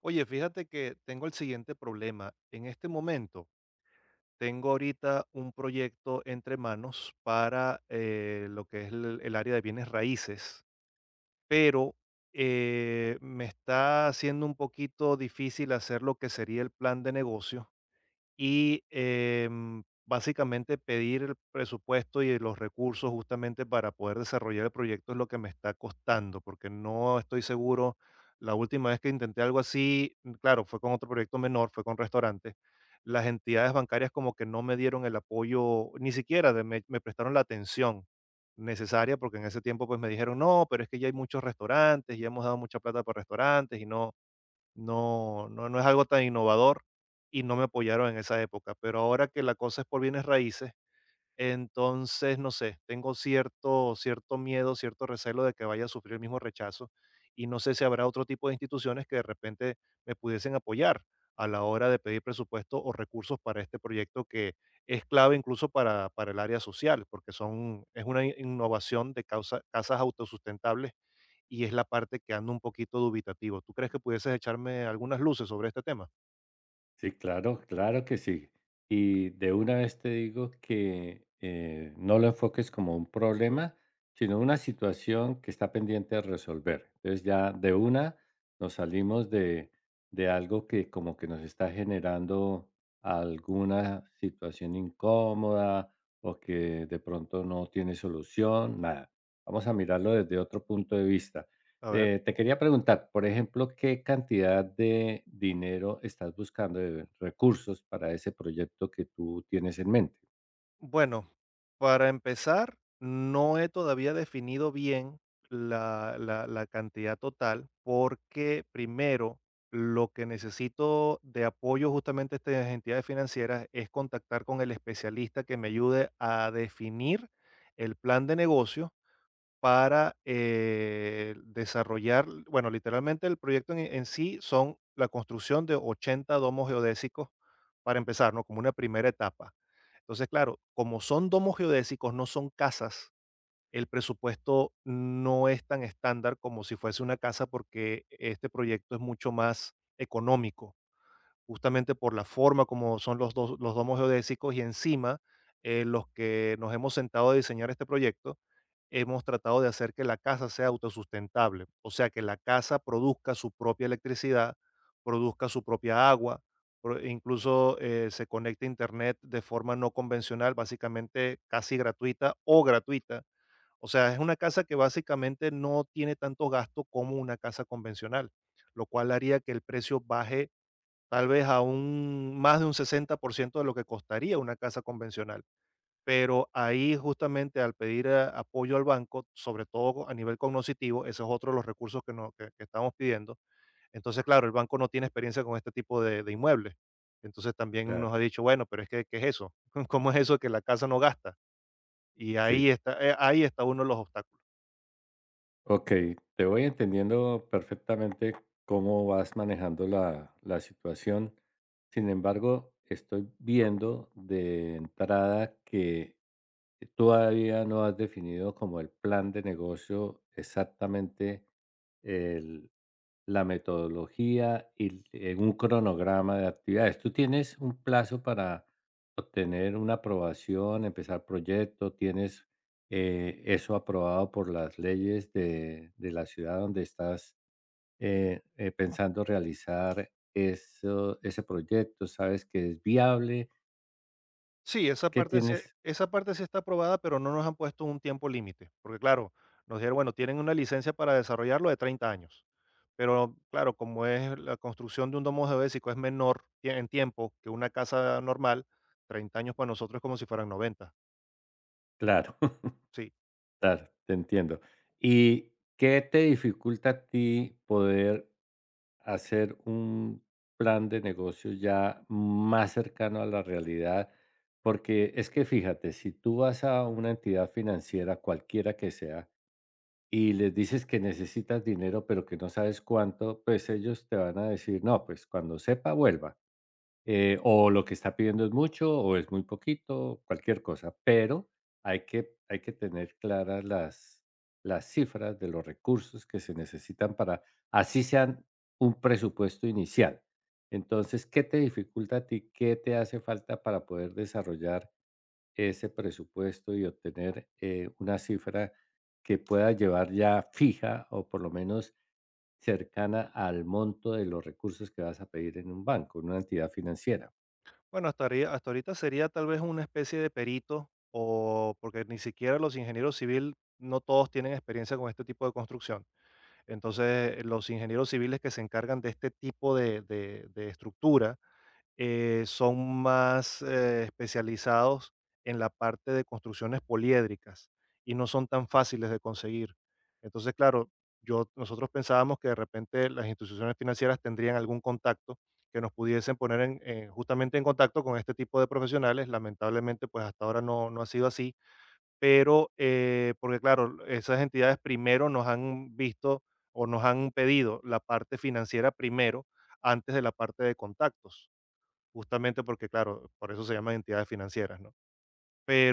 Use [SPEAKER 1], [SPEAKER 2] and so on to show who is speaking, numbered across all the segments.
[SPEAKER 1] Oye, fíjate que tengo el siguiente problema. En este momento tengo ahorita un proyecto entre manos para lo que es el área de bienes raíces, pero me está haciendo un poquito difícil hacer lo que sería el plan de negocio y, básicamente pedir el presupuesto y los recursos justamente para poder desarrollar el proyecto es lo que me está costando, porque no estoy seguro. La última vez que intenté algo así, claro, fue con otro proyecto menor, fue con restaurantes. Las entidades bancarias como que no me dieron el apoyo, ni siquiera me, me prestaron la atención necesaria, porque en ese tiempo pues me dijeron, no, pero es que ya hay muchos restaurantes, ya hemos dado mucha plata para restaurantes y no, no, no, no es algo tan innovador y no me apoyaron en esa época. Pero ahora que la cosa es por bienes raíces, entonces, no sé, tengo cierto miedo, cierto recelo de que vaya a sufrir el mismo rechazo, y no sé si habrá otro tipo de instituciones que de repente me pudiesen apoyar a la hora de pedir presupuesto o recursos para este proyecto que es clave incluso para el área social, porque son es una innovación de causa casas autosustentables y es la parte que ando un poquito dubitativo. ¿Tú crees que pudieses echarme algunas luces sobre este tema?
[SPEAKER 2] Sí, claro, claro que sí. Y de una vez te digo que no lo enfoques como un problema, sino una situación que está pendiente de resolver. Entonces ya de una nos salimos de algo que como que nos está generando alguna situación incómoda o que de pronto no tiene solución, nada. Vamos a mirarlo desde otro punto de vista.
[SPEAKER 1] A ver.
[SPEAKER 2] Te quería preguntar, por ejemplo, ¿qué cantidad de dinero estás buscando, de recursos para ese proyecto que tú tienes en mente?
[SPEAKER 1] Bueno, para empezar, no he todavía definido bien la cantidad total porque primero lo que necesito de apoyo justamente a estas entidades financieras es contactar con el especialista que me ayude a definir el plan de negocio para, desarrollar, bueno, literalmente el proyecto en sí son la construcción de 80 domos geodésicos para empezar, ¿no? Como una primera etapa. Entonces, claro, como son domos geodésicos, no son casas, el presupuesto no es tan estándar como si fuese una casa porque este proyecto es mucho más económico justamente por la forma como son los dos, los domos geodésicos y encima los que nos hemos sentado a diseñar este proyecto, hemos tratado de hacer que la casa sea autosustentable, o sea, que la casa produzca su propia electricidad, produzca su propia agua, e incluso se conecte a Internet de forma no convencional, básicamente casi gratuita o gratuita. O sea, es una casa que básicamente no tiene tanto gasto como una casa convencional, lo cual haría que el precio baje tal vez a un más de un 60% de lo que costaría una casa convencional. Pero ahí justamente al pedir apoyo al banco, sobre todo a nivel cognoscitivo, ese es otro de los recursos que, que estamos pidiendo. Entonces, claro, el banco no tiene experiencia con este tipo de inmuebles. Entonces también nos
[SPEAKER 2] Claro,
[SPEAKER 1] ha dicho, bueno, pero es que, ¿qué es eso? ¿Cómo es eso que la casa no gasta? Y
[SPEAKER 2] sí.
[SPEAKER 1] ahí está uno de los obstáculos.
[SPEAKER 2] Ok, te voy entendiendo perfectamente cómo vas manejando la situación. Sin embargo, estoy viendo de entrada que todavía no has definido como el plan de negocio exactamente la metodología y un cronograma de actividades. ¿Tú tienes un plazo para obtener una aprobación, empezar proyecto? ¿Tienes eso aprobado por las leyes de la ciudad donde estás pensando realizar eso, ese proyecto? ¿Sabes que es viable?
[SPEAKER 1] Sí, esa
[SPEAKER 2] ¿Qué
[SPEAKER 1] parte se
[SPEAKER 2] tienes?
[SPEAKER 1] esa parte sí está aprobada, pero no nos han puesto un tiempo límite, porque claro, nos dijeron, bueno, tienen una licencia para desarrollarlo de 30 años, pero claro, como es la construcción de un domo geodésico es menor en tiempo que una casa normal, 30 años para nosotros es como si fueran 90.
[SPEAKER 2] Claro,
[SPEAKER 1] Sí.
[SPEAKER 2] claro, te entiendo. ¿Y qué te dificulta a ti poder hacer un plan de negocio ya más cercano a la realidad, porque es que fíjate, si tú vas a una entidad financiera, cualquiera que sea, y les dices que necesitas dinero, pero que no sabes cuánto, pues ellos te van a decir, no, pues cuando sepa, vuelva. O lo que está pidiendo es mucho o es muy poquito, cualquier cosa, pero hay que tener claras las cifras de los recursos que se necesitan para así sean un presupuesto inicial. Entonces, ¿qué te dificulta a ti? ¿Qué te hace falta para poder desarrollar ese presupuesto y obtener, una cifra que pueda llevar ya fija o por lo menos cercana al monto de los recursos que vas a pedir en un banco, en una entidad financiera?
[SPEAKER 1] Bueno, hasta, hasta ahorita sería tal vez una especie de perito, o porque ni siquiera los ingenieros civiles, no todos tienen experiencia con este tipo de construcción. Entonces, los ingenieros civiles que se encargan de este tipo de de estructura, son más especializados en la parte de construcciones poliédricas y no son tan fáciles de conseguir. Entonces, claro, nosotros pensábamos que de repente las instituciones financieras tendrían algún contacto que nos pudiesen poner justamente en contacto con este tipo de profesionales. Lamentablemente, pues hasta ahora no, no ha sido así, pero porque claro, esas entidades primero nos han visto o nos han pedido la parte financiera primero antes de la parte de contactos justamente porque, claro, por eso se llaman entidades financieras, ¿no?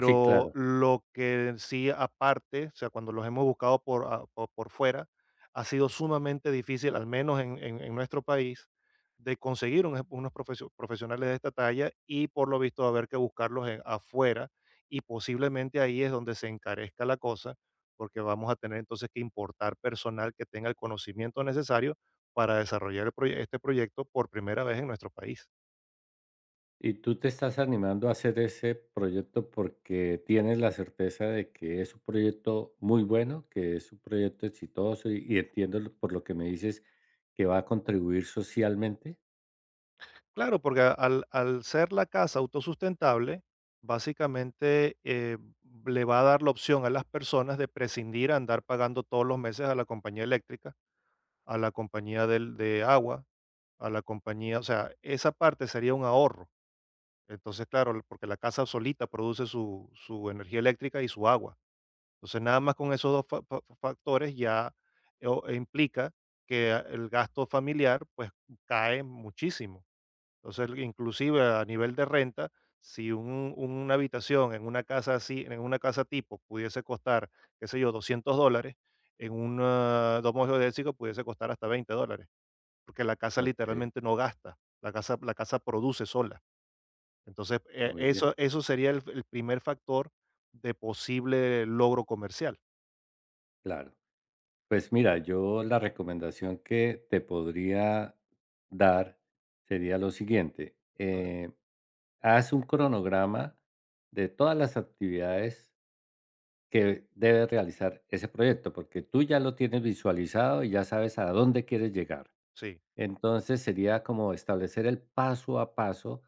[SPEAKER 2] Sí, claro.
[SPEAKER 1] lo que sí aparte, o sea, cuando los hemos buscado por, por fuera, ha sido sumamente difícil, al menos en, en nuestro país, de conseguir unos profesionales de esta talla y por lo visto va a haber que buscarlos afuera y posiblemente ahí es donde se encarezca la cosa porque vamos a tener entonces que importar personal que tenga el conocimiento necesario para desarrollar el este proyecto por primera vez en nuestro país.
[SPEAKER 2] Y tú te estás animando a hacer ese proyecto porque tienes la certeza de que es un proyecto muy bueno, que es un proyecto exitoso y, por lo que me dices que va a contribuir socialmente.
[SPEAKER 1] Claro, porque al ser la casa autosustentable, básicamente le va a dar la opción a las personas de prescindir a andar pagando todos los meses a la compañía eléctrica, a la compañía de agua, a la compañía, o sea, esa parte sería un ahorro. Entonces, claro, porque la casa solita produce su energía eléctrica y su agua. Entonces, nada más con esos dos factores ya implica que el gasto familiar pues cae muchísimo. Entonces, inclusive a nivel de renta, si una habitación en una casa así, en una casa tipo, pudiese costar, qué sé yo, $200, en un domo geodésico pudiese costar hasta $20, porque la casa
[SPEAKER 2] Ok,
[SPEAKER 1] literalmente no gasta, la casa produce sola. Entonces,
[SPEAKER 2] muy bien,
[SPEAKER 1] eso sería el primer factor de posible logro comercial.
[SPEAKER 2] claro. Pues mira, yo la recomendación que te podría dar sería lo siguiente.
[SPEAKER 1] A ver,
[SPEAKER 2] Haz un cronograma de todas las actividades que debe realizar ese proyecto, porque tú ya lo tienes visualizado y ya sabes a dónde quieres llegar.
[SPEAKER 1] sí,
[SPEAKER 2] Entonces sería como establecer el paso a paso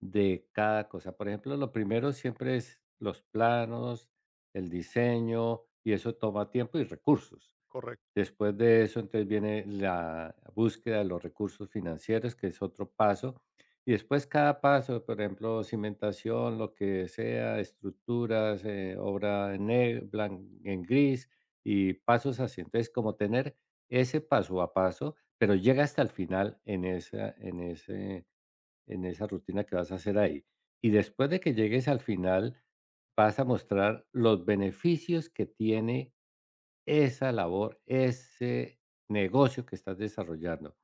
[SPEAKER 2] de cada cosa. Por ejemplo, lo primero siempre es los planos, el diseño, y eso toma tiempo y recursos.
[SPEAKER 1] correcto.
[SPEAKER 2] Después de eso, entonces viene la búsqueda de los recursos financieros, que es otro paso. Y después cada paso, por ejemplo, cimentación, lo que sea, estructuras, obra en, en gris y pasos así. Entonces, como tener ese paso a paso, pero llega hasta el final en esa, en ese, en esa rutina que vas a hacer ahí. Y después de que llegues al final, vas a mostrar los beneficios que tiene esa labor, ese negocio que estás desarrollando.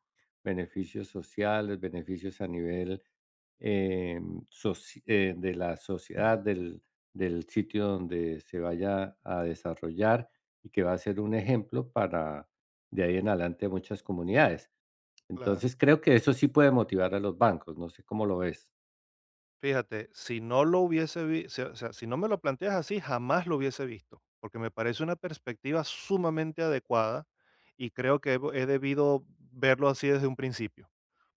[SPEAKER 2] Beneficios sociales, beneficios a nivel eh, de la sociedad, del, del sitio donde se vaya a desarrollar y que va a ser un ejemplo para de ahí en adelante muchas comunidades. Entonces creo que eso sí puede motivar a los bancos, no sé cómo lo ves.
[SPEAKER 1] Fíjate, si no lo hubiese visto, o sea, si no me lo planteas así, jamás lo hubiese visto, porque me parece una perspectiva sumamente adecuada y creo que hebo he debido verlo así desde un principio.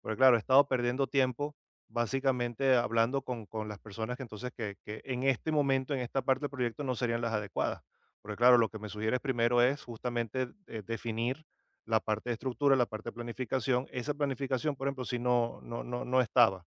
[SPEAKER 1] Porque, claro, he estado perdiendo tiempo, básicamente, hablando con las personas que entonces que en este momento, en esta parte del proyecto, no serían las adecuadas. Porque, claro, lo que me sugieres primero es justamente, definir la parte de estructura, la parte de planificación. Esa planificación, por ejemplo, si no estaba.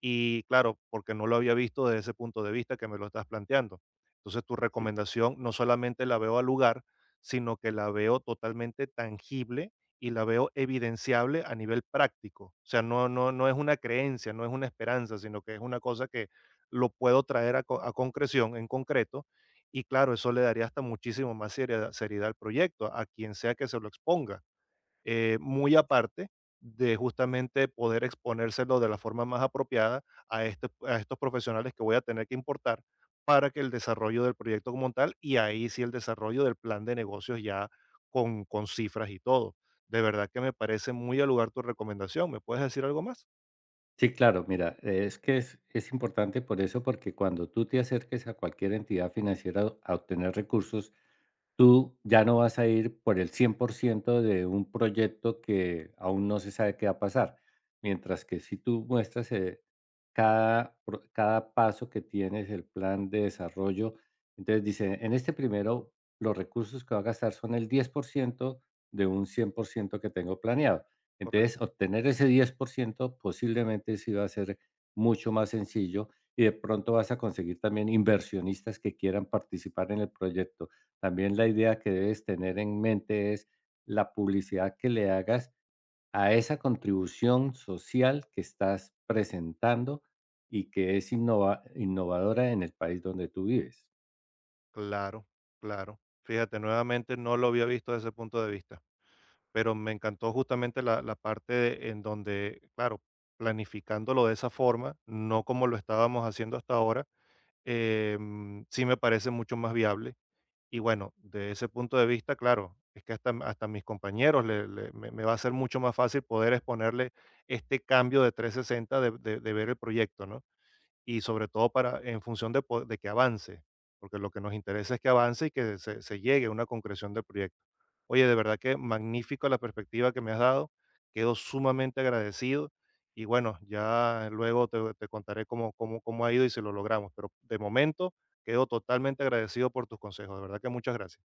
[SPEAKER 1] Y claro, porque no lo había visto desde ese punto de vista que me lo estás planteando. Entonces, tu
[SPEAKER 2] Sí,
[SPEAKER 1] recomendación no solamente la veo al lugar, sino que la veo totalmente tangible y la veo evidenciable a nivel práctico. O sea, no es una creencia, no es una esperanza, sino que es una cosa que lo puedo traer a concreción, en concreto. Y claro, eso le daría hasta muchísimo más seriedad, seriedad al proyecto, a quien sea que se lo exponga muy aparte de justamente poder exponérselo de la forma más apropiada a estos profesionales que voy a tener que importar para que el desarrollo del proyecto como tal y ahí sí el desarrollo del plan de negocios ya con cifras y todo. De verdad que me parece muy al lugar tu recomendación. ¿Me puedes decir algo más?
[SPEAKER 2] sí, claro, mira, es que es importante por eso, porque cuando tú te acerques a cualquier entidad financiera a obtener recursos, tú ya no vas a ir por el 100% de un proyecto que aún no se sabe qué va a pasar. Mientras que si tú muestras cada paso que tienes, el plan de desarrollo, entonces dice, en este primero los recursos que va a gastar son el 10% de un 100% que tengo planeado. Entonces,
[SPEAKER 1] Correcto.
[SPEAKER 2] obtener ese 10% posiblemente sí va a ser mucho más sencillo y de pronto vas a conseguir también inversionistas que quieran participar en el proyecto también la idea que debes tener en mente es la publicidad que le hagas a esa contribución social que estás presentando y que es innovadora en el país donde tú vives.
[SPEAKER 1] Claro, claro. Fíjate, nuevamente no lo había visto desde ese punto de vista. Pero me encantó justamente la parte en donde, claro, planificándolo de esa forma, no como lo estábamos haciendo hasta ahora, sí me parece mucho más viable. Y bueno, de ese punto de vista, claro, es que hasta, hasta mis compañeros me, me va a ser mucho más fácil poder exponerle este cambio de 360 de, de ver el proyecto, ¿no? Y sobre todo para en función de, de que avance, porque lo que nos interesa es que avance y que se llegue a una concreción del proyecto. Oye, de verdad que magnífico la perspectiva que me has dado, quedo sumamente agradecido y bueno, ya luego te contaré cómo ha ido y si lo logramos, pero de momento quedo totalmente agradecido por tus consejos, de verdad que muchas gracias.